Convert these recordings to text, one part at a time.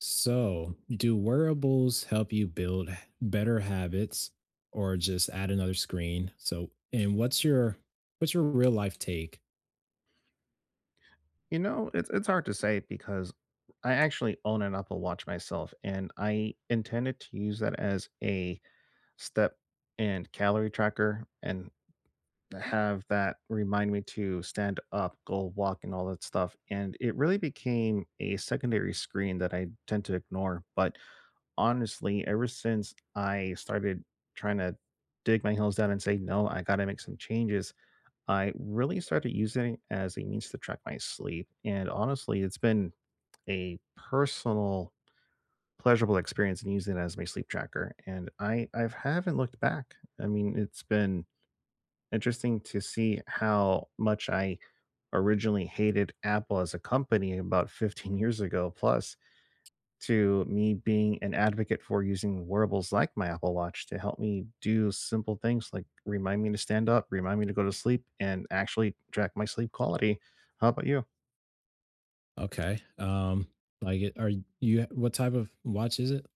So, do wearables help you build better habits or just add another screen? And what's your real life take? You know, it's hard to say because I actually own an Apple Watch myself, and I intended to use that as a step and calorie tracker and have that remind me to stand up, go walk, and all that stuff. And it really became a secondary screen that I tend to ignore. But honestly, ever since I started trying to dig my heels down and say, no, I got to make some changes, I really started using it as a means to track my sleep. And honestly, it's been a personal pleasurable experience in using it as my sleep tracker. And I haven't looked back. I mean, it's been interesting to see how much I originally hated Apple as a company about 15 years ago plus to me being an advocate for using wearables like my Apple Watch to help me do simple things like remind me to stand up, remind me to go to sleep, and actually track my sleep quality. How about you? Okay. Are you what type of watch is it?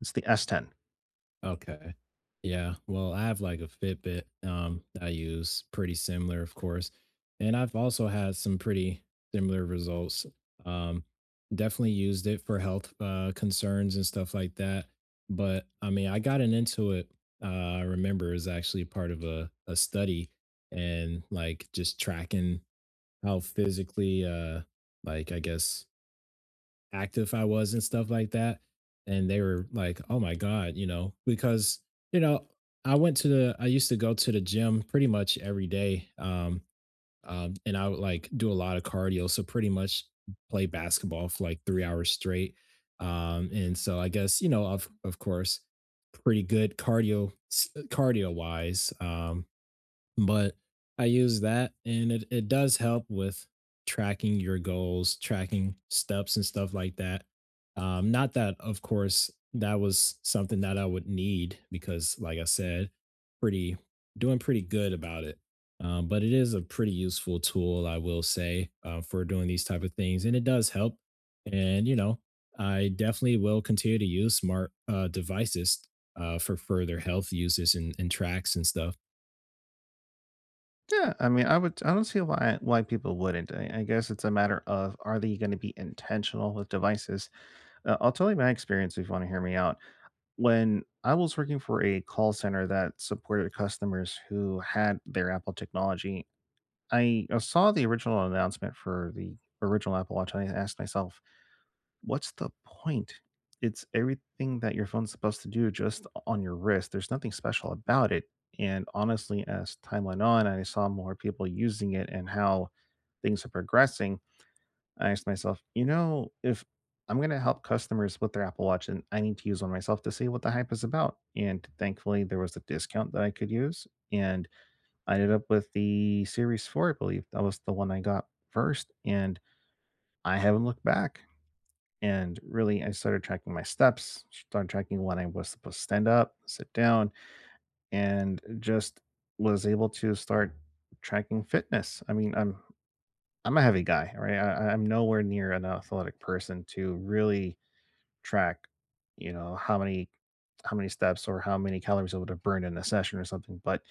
It's the S10. Okay. Yeah. Well, I have like a Fitbit that I use pretty similar, of course. And I've also had some pretty similar results. Um definitely used it for health concerns and stuff like that. But I mean, I gotten into it I remember is actually part of a study and like just tracking how physically like I guess active I was and stuff like that. And they were like, oh my God, you know, because, you know, I went I used to go to the gym pretty much every day. And I would like do a lot of cardio. So pretty much play basketball for like 3 hours straight. And so I guess, you know, of course, pretty good cardio, cardio wise. But I use that and it does help with tracking your goals, tracking steps and stuff like that. Not that, of course, that was something that I would need because, like I said, pretty doing pretty good about it. But it is a pretty useful tool, I will say, for doing these type of things, and it does help. And you know, I definitely will continue to use smart devices for further health uses and tracks and stuff. Yeah, I mean, I would. I don't see why people wouldn't. I guess it's a matter of are they going to be intentional with devices. I'll tell you my experience if you want to hear me out. When I was working for a call center that supported customers who had their Apple technology I saw the original announcement for the original Apple Watch, and I asked myself, "What's the point? It's everything that your phone's supposed to do just on your wrist. There's nothing special about it." And honestly, as time went on, I saw more people using it and how things are progressing, I asked myself, "You know, if I'm going to help customers with their Apple Watch, and I need to use one myself to see what the hype is about." And thankfully, there was a discount that I could use, and I ended up with the Series 4, I believe. That was the one I got first, and I haven't looked back. And really, I started tracking my steps, started tracking when I was supposed to stand up, sit down, and just was able to start tracking fitness. I mean, I'm a heavy guy, right? I'm nowhere near an athletic person to really track, you know, how many steps or how many calories I would have burned in a session or something. But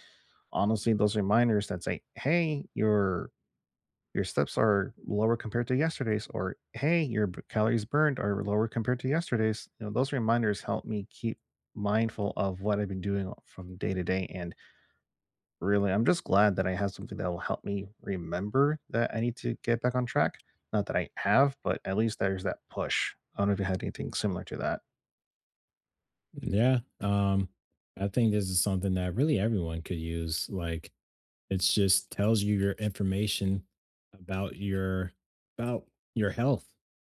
honestly, those reminders that say, "Hey, you're your steps are lower compared to yesterday's or hey your calories burned are lower compared to yesterday's, you know, those reminders help me keep mindful of what I've been doing from day to day, and really I'm just glad that I have something that will help me remember that I need to get back on track, not that I have, but at least there's that push. I don't know if you had anything similar to that. Yeah. I think this is something that really everyone could use. Like it's just tells you your information about your about your health.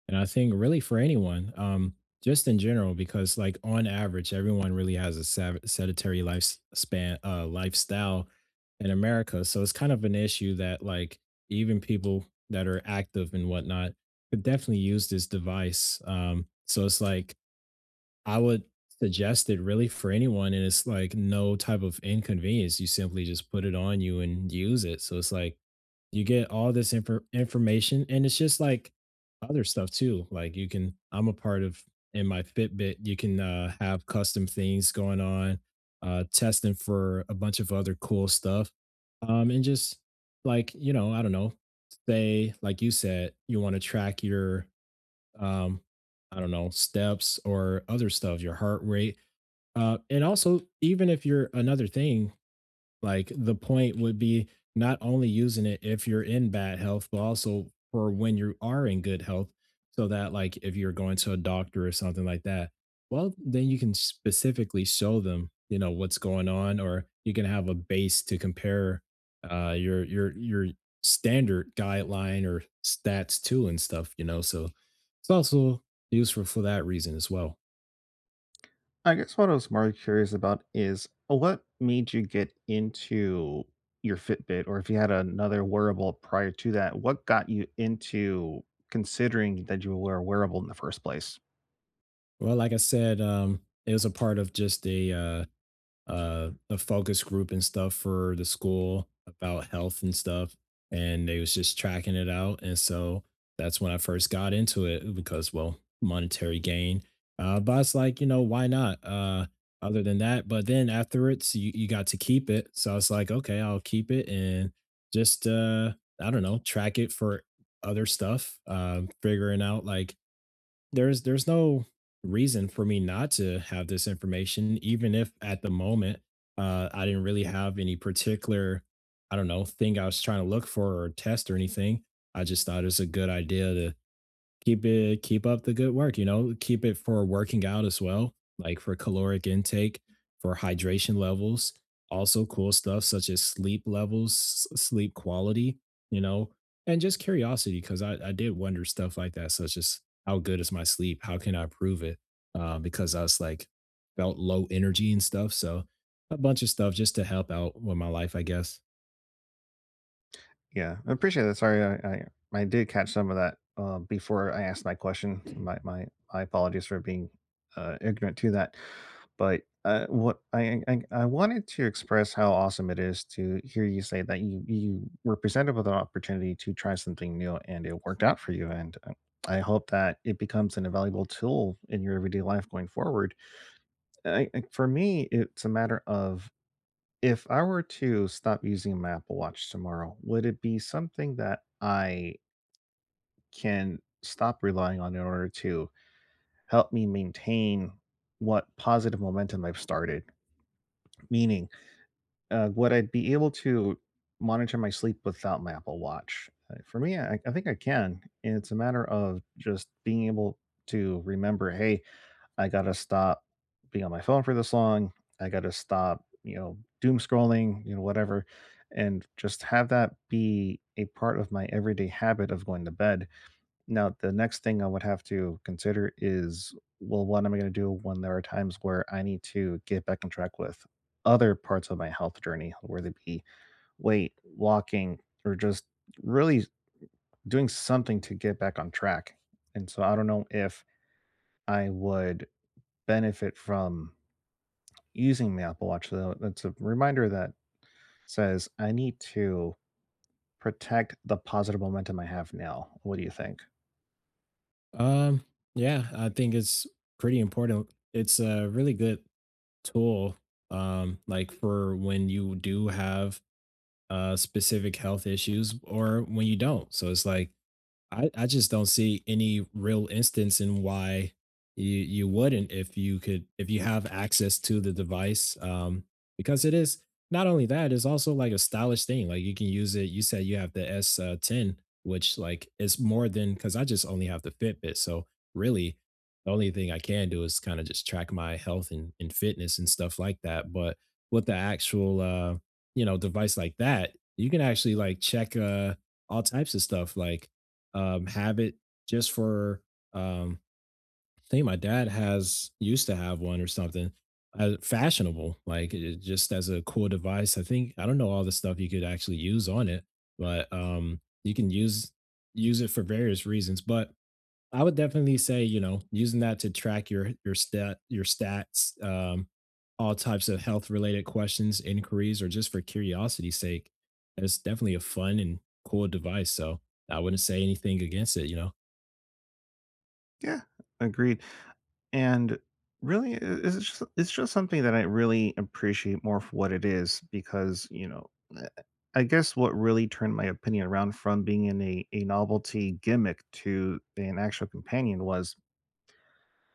And I think really for anyone, just in general, because like on average, everyone really has a sedentary lifespan lifestyle in America. So it's kind of an issue that like even people that are active and whatnot could definitely use this device. So it's like I would suggest it really for anyone, and it's like no type of inconvenience. You simply just put it on you and use it. So it's like you get all this information, and it's just like other stuff too. Like I'm a part of in my Fitbit, you can have custom things going on, testing for a bunch of other cool stuff, and just like you know, I don't know, say like you said, you want to track your um, I don't know, steps or other stuff, your heart rate. And also, even if you're another thing, like the point would be not only using it if you're in bad health, but also for when you are in good health, so that like if you're going to a doctor or something like that, well, then you can specifically show them, you know, what's going on, or you can have a base to compare your your standard guideline or stats to and stuff, you know. So it's also useful for that reason as well. I guess what I was more curious about is what made you get into your Fitbit, or if you had another wearable prior to that, what got you into considering that you were a wearable in the first place? Well, like I said, it was a part of just a focus group and stuff for the school about health and stuff, and they was just tracking it out, and so that's when I first got into it because well, monetary gain. But it's like you know why not? Other than that, but then afterwards you got to keep it, so I was like okay, I'll keep it and just I don't know track it for other stuff, figuring out like there's no reason for me not to have this information, even if at the moment, I didn't really have any particular, I don't know, thing I was trying to look for or test or anything. I just thought it was a good idea to keep up the good work you know keep it for working out as well like for caloric intake for hydration levels, also cool stuff such as sleep levels, sleep quality, you know, and just curiosity because I did wonder stuff like that such as how good is my sleep, how can I improve it. Because I was like felt low energy and stuff, so a bunch of stuff just to help out with my life I guess. Yeah, I appreciate that. Sorry, I did catch some of that before I asked my question. So my apologies for being ignorant to that. But what I wanted to express how awesome it is to hear you say that you were presented with an opportunity to try something new and it worked out for you and. I hope that it becomes an invaluable tool in your everyday life going forward. For me, it's a matter of if I were to stop using my Apple Watch tomorrow, would it be something that I can stop relying on in order to help me maintain what positive momentum I've started? Meaning, would I be able to monitor my sleep without my Apple Watch? For me, I think I can. And it's a matter of just being able to remember, hey, I gotta stop being on my phone for this long. I gotta stop, you know, doom scrolling, you know, whatever, and just have that be a part of my everyday habit of going to bed. Now, the next thing I would have to consider is, well, what am I gonna do when there are times where I need to get back on track with other parts of my health journey, whether it be weight, walking, or just really doing something to get back on track. And so I don't know if I would benefit from using the Apple Watch, though, it's a reminder that says, I need to protect the positive momentum I have now. What do you think? um yeah I think it's pretty important, it's a really good tool. Like for when you do have specific health issues or when you don't, so it's like I just don't see any real instance in why you wouldn't if you could, if you have access to the device. Because it is not only that, it's also like a stylish thing, like you can use it. You said you have the S10, which like is more than cuz I just only have the Fitbit, so really the only thing I can do is kind of just track my health and fitness and stuff like that, but with the actual you know device like that, you can actually like check all types of stuff like have it just for um, I think my dad has used to have one or something, fashionable, like it, just as a cool device. I think I don't know all the stuff you could actually use on it, but you can use it for various reasons. But I would definitely say you know using that to track your stat your stats. All types of health related questions, inquiries, or just for curiosity's sake. It's definitely a fun and cool device. So I wouldn't say anything against it, you know. Yeah, agreed. And really, it's just something that I really appreciate more for what it is because you know, eh, I guess what really turned my opinion around from being in a novelty gimmick to an actual companion was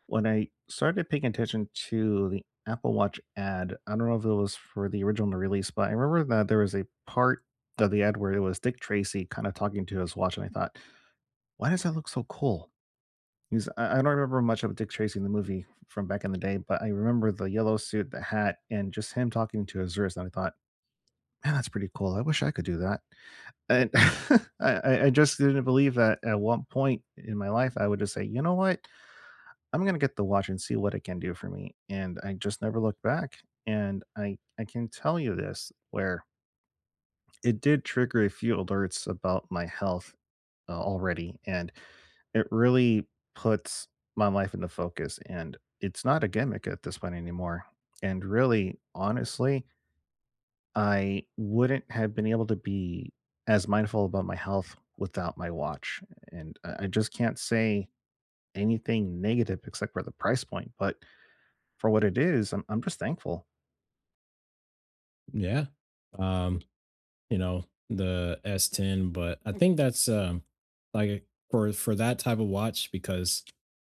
when I started paying attention to the Apple Watch ad, I don't know if it was for the original release, but I remember that there was a part of the ad where it was Dick Tracy kind of talking to his watch, and I thought, why does that look so cool? Because I don't remember much of Dick Tracy in the movie from back in the day, but I remember the yellow suit, the hat, and just him talking to his wrist. And I thought, man, that's pretty cool. I wish I could do that. And I just didn't believe that at one point in my life, I would just say, you know what? I'm gonna get the watch and see what it can do for me. And I just never looked back. And I can tell you this where it did trigger a few alerts about my health already, and it really puts my life into focus. And it's not a gimmick at this point anymore. And really, honestly, I wouldn't have been able to be as mindful about my health without my watch. And I just can't say anything negative except for the price point, but for what it is, I'm just thankful. Yeah. Um, you know, the S10, but I think that's like for that type of watch because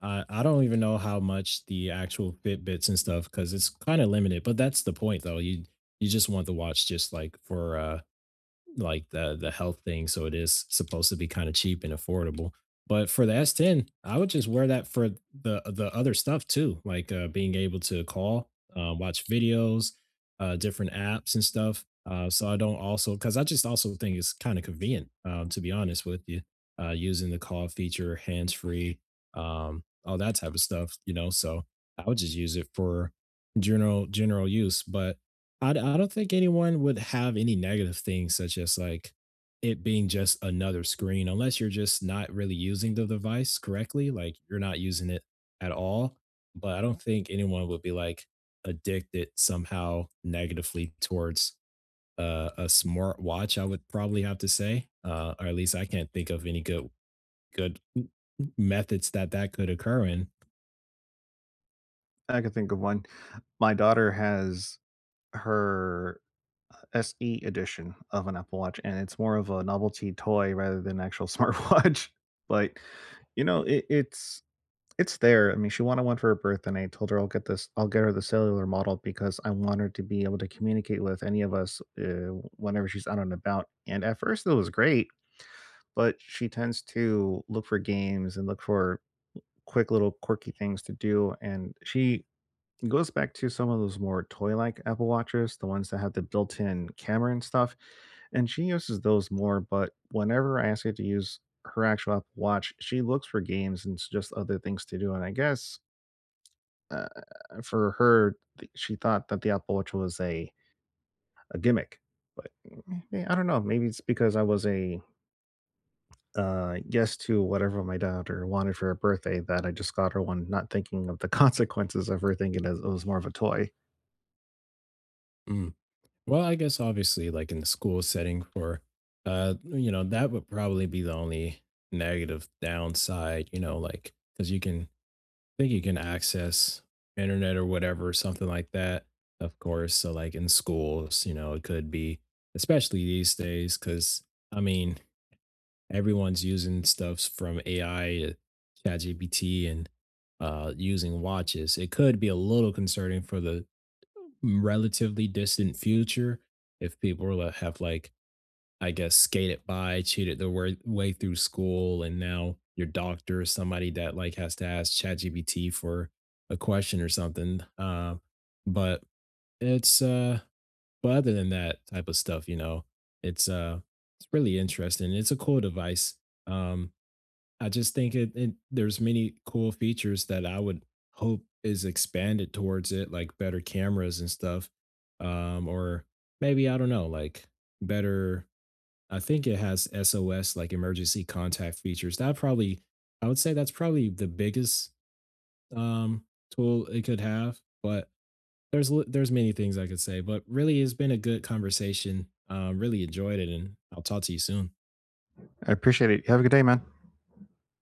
I don't even know how much the actual Fitbits and stuff because it's kind of limited, but that's the point though. You just want the watch just like for like the health thing, so it is supposed to be kind of cheap and affordable. But for the S10, I would just wear that for the other stuff too, like being able to call, watch videos, different apps and stuff. So I don't also because I just also think it's kind of convenient, to be honest with you, using the call feature, hands free, all that type of stuff. You know, so I would just use it for general use, but I don't think anyone would have any negative things such as, like, it being just another screen unless you're just not really using the device correctly, like, you're not using it at all, but I don't think anyone would be, like, addicted somehow negatively towards, a smart watch. I would probably have to say, or at least I can't think of any good good methods that could occur in. I can think of one. My daughter has her, SE edition of an Apple Watch, and it's more of a novelty toy rather than actual smartwatch, but, you know, it's there. I mean, she wanted one for her birthday. And I told her I'll get her the cellular model because I want her to be able to communicate with any of us, whenever she's out and about, and at first, it was great, but she tends to look for games and look for quick little quirky things to do. And she goes back to some of those more toy like Apple Watches, the ones that have the built in camera and stuff. And she uses those more. But whenever I ask her to use her actual Apple Watch, she looks for games and just other things to do. And I guess uh, for her, she thought that the Apple Watch was a gimmick. But yeah, I don't know. Maybe it's because I was a yes to whatever my daughter wanted for her birthday that I just got her one, not thinking of the consequences of her thinking it was more of a toy. Mm. Well, I guess obviously, like in the school setting, for you know, that would probably be the only negative downside, you know, like because you can, I think you can access internet or whatever, something like that, of course. So, like in schools, you know, it could be, especially these days, because I mean, everyone's using stuffs from AI to ChatGPT and using watches. It could be a little concerning for the relatively distant future, if people were have like, I guess, skated by, cheated their way through school, and now your doctor is somebody that like has to ask ChatGPT for a question or something. But it's but other than that type of stuff, you know, it's uh, it's really interesting. It's a cool device. Um, I just think it there's many cool features that I would hope is expanded towards it, like better cameras and stuff. Or maybe I don't know, like better I think it has SOS like emergency contact features. That probably I would say that's probably the biggest um tool it could have, but there's many things I could say, but really it's been a good conversation. Really enjoyed it and I'll talk to you soon. I appreciate it. Have a good day, man.